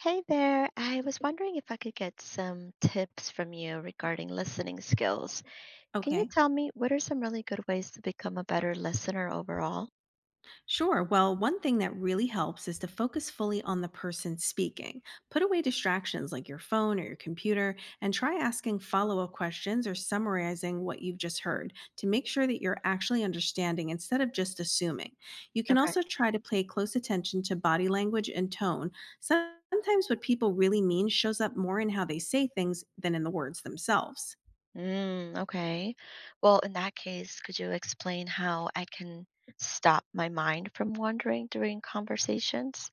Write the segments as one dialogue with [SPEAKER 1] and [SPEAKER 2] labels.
[SPEAKER 1] Hey there, I was wondering if I could get some tips from you regarding listening skills. Can you
[SPEAKER 2] Okay,
[SPEAKER 1] tell me what are some really good ways to become a better listener overall?
[SPEAKER 2] sure. Well, one thing that really helps is to focus fully on the person speaking. Put away distractions like your phone or your computer, and try asking follow up questions or summarizing what you've just heard to make sure that you're actually understanding instead of just assuming. You can
[SPEAKER 1] Okay.
[SPEAKER 2] also try to pay close attention to body language and tone. Sometimes what people really mean shows up more in how they say things than in the words themselves.
[SPEAKER 1] Mm, okay. Well, in that case, could you explain how I can stop my mind from wandering during conversations?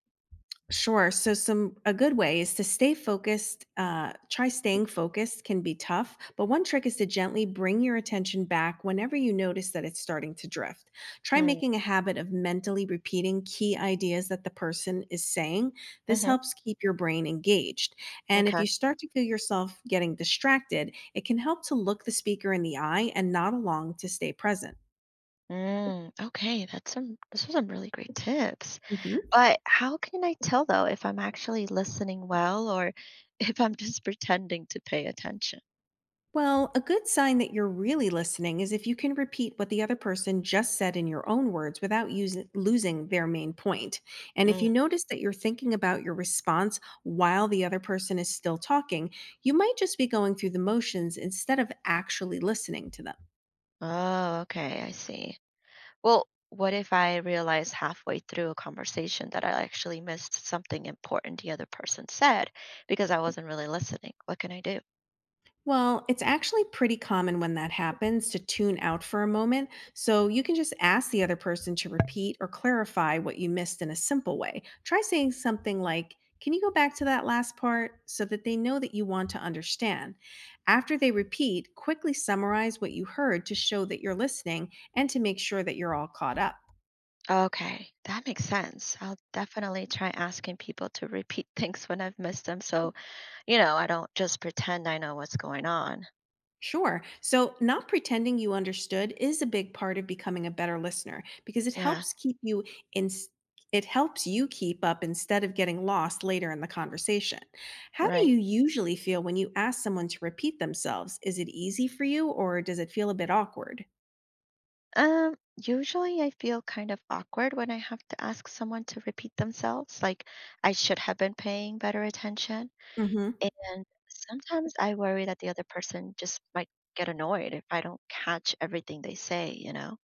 [SPEAKER 2] Sure. So some a good way is to stay focused. Try staying focused can be tough, but one trick is to gently bring your attention back whenever you notice that it's starting to drift. Try
[SPEAKER 1] Mm,
[SPEAKER 2] making a habit of mentally repeating key ideas that the person is saying. This
[SPEAKER 1] mm-hmm,
[SPEAKER 2] helps keep your brain engaged. And if
[SPEAKER 1] okay.
[SPEAKER 2] you start to feel yourself getting distracted, it can help to look the speaker in the eye and nod along to stay present.
[SPEAKER 1] Mm, okay, this was some really great tips.
[SPEAKER 2] Mhm.
[SPEAKER 1] But how can I tell though if I'm actually listening well or if I'm just pretending to pay attention?
[SPEAKER 2] Well, a good sign that you're really listening is if you can repeat what the other person just said in your own words without losing their main point. And if
[SPEAKER 1] Mm.
[SPEAKER 2] you notice that you're thinking about your response while the other person is still talking, you might just be going through the motions instead of actually listening to them.
[SPEAKER 1] Oh, okay, I see. Well, what if I realize halfway through a conversation that I actually missed something important the other person said because I wasn't really listening? What can I do?
[SPEAKER 2] Well, it's actually pretty common when that happens to tune out for a moment. So you can just ask the other person to repeat or clarify what you missed in a simple way. Try saying something like, "Can you go back to that last part," so that they know that you want to understand. After they repeat, quickly summarize what you heard to show that you're listening and to make sure that you're all caught up.
[SPEAKER 1] Okay, that makes sense. I'll definitely try asking people to repeat things when I've missed them so, I don't just pretend I know what's going on.
[SPEAKER 2] Sure. So, not pretending you understood is a big part of becoming a better listener because
[SPEAKER 1] Yeah,
[SPEAKER 2] in it helps you keep up instead of getting lost later in the conversation. How do
[SPEAKER 1] right.
[SPEAKER 2] you usually feel when you ask someone to repeat themselves? Is it easy for you, or does it feel a bit awkward?
[SPEAKER 1] Usually I feel kind of awkward when I have to ask someone to repeat themselves, like I should have been paying better attention. And sometimes I worry that the other person just might get annoyed if I don't catch everything they say, you know?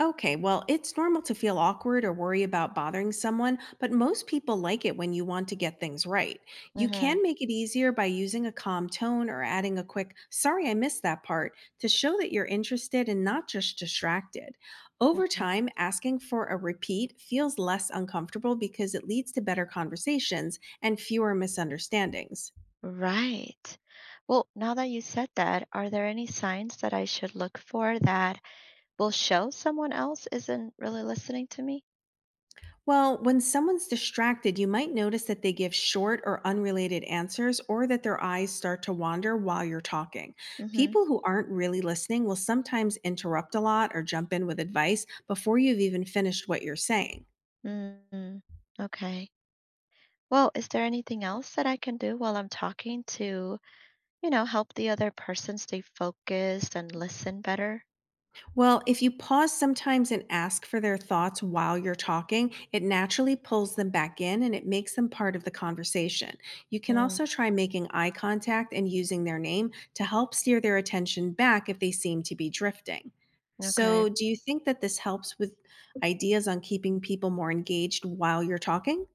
[SPEAKER 2] Okay, well, it's normal to feel awkward or worry about bothering someone, but most people like it when you want to get things right. You
[SPEAKER 1] Mm-hmm.
[SPEAKER 2] can make it easier by using a calm tone or adding a quick, "Sorry, I missed that part," to show that you're interested and not just distracted. Over
[SPEAKER 1] Hmm.
[SPEAKER 2] time, asking for a repeat feels less uncomfortable because it leads to better conversations and fewer misunderstandings.
[SPEAKER 1] Right. Well, now that you said that, are there any signs that I should look for that will show someone else isn't really listening to me?
[SPEAKER 2] Well, when someone's distracted, you might notice that they give short or unrelated answers, or that their eyes start to wander while you're talking.
[SPEAKER 1] Mm-hmm.
[SPEAKER 2] People who aren't really listening will sometimes interrupt a lot or jump in with advice before you've even finished what you're saying.
[SPEAKER 1] Mm. Okay. Well, is there anything else that I can do while I'm talking to, help the other person stay focused and listen better?
[SPEAKER 2] Well, if you pause sometimes and ask for their thoughts while you're talking, it naturally pulls them back in and it makes them part of the conversation. You can
[SPEAKER 1] Mm,
[SPEAKER 2] also try making eye contact and using their name to help steer their attention back if they seem to be drifting.
[SPEAKER 1] okay.
[SPEAKER 2] So, do you think that this helps with ideas on keeping people more engaged while you're talking?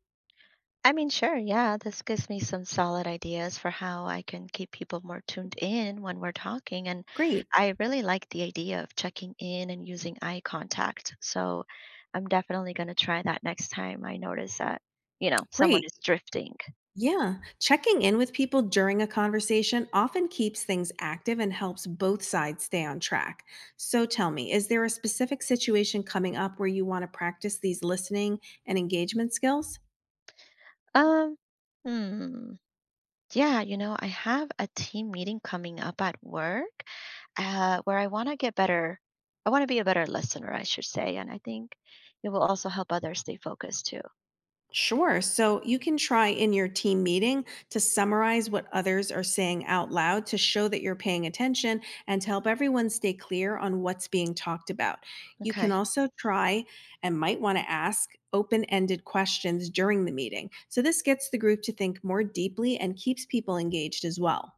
[SPEAKER 1] I mean, sure, yeah, this gives me some solid ideas for how I can keep people more tuned in when we're talking. And
[SPEAKER 2] Great,
[SPEAKER 1] I really like the idea of checking in and using eye contact. So I'm definitely going to try that next time I notice that, someone
[SPEAKER 2] great.
[SPEAKER 1] is drifting.
[SPEAKER 2] Yeah, checking in with people during a conversation often keeps things active and helps both sides stay on track. So tell me, is there a specific situation coming up where you want to practice these listening and engagement skills?
[SPEAKER 1] Um, hmm. Yeah, I have a team meeting coming up at work where I want to get better. I want to be a better listener, I should say. And I think it will also help others stay focused too.
[SPEAKER 2] Sure. So you can try in your team meeting to summarize what others are saying out loud to show that you're paying attention and to help everyone stay clear on what's being talked about. You can
[SPEAKER 1] Okay.
[SPEAKER 2] also try and might want to ask open ended questions during the meeting. So this gets the group to think more deeply and keeps people engaged as well.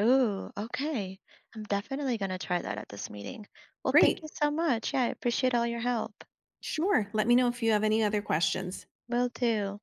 [SPEAKER 1] Ooh, okay. I'm definitely going to try that at this meeting. Well, thank you
[SPEAKER 2] Great.
[SPEAKER 1] so much. Yeah, I appreciate all your help.
[SPEAKER 2] Sure. Let me know if you have any other questions.
[SPEAKER 1] Will do.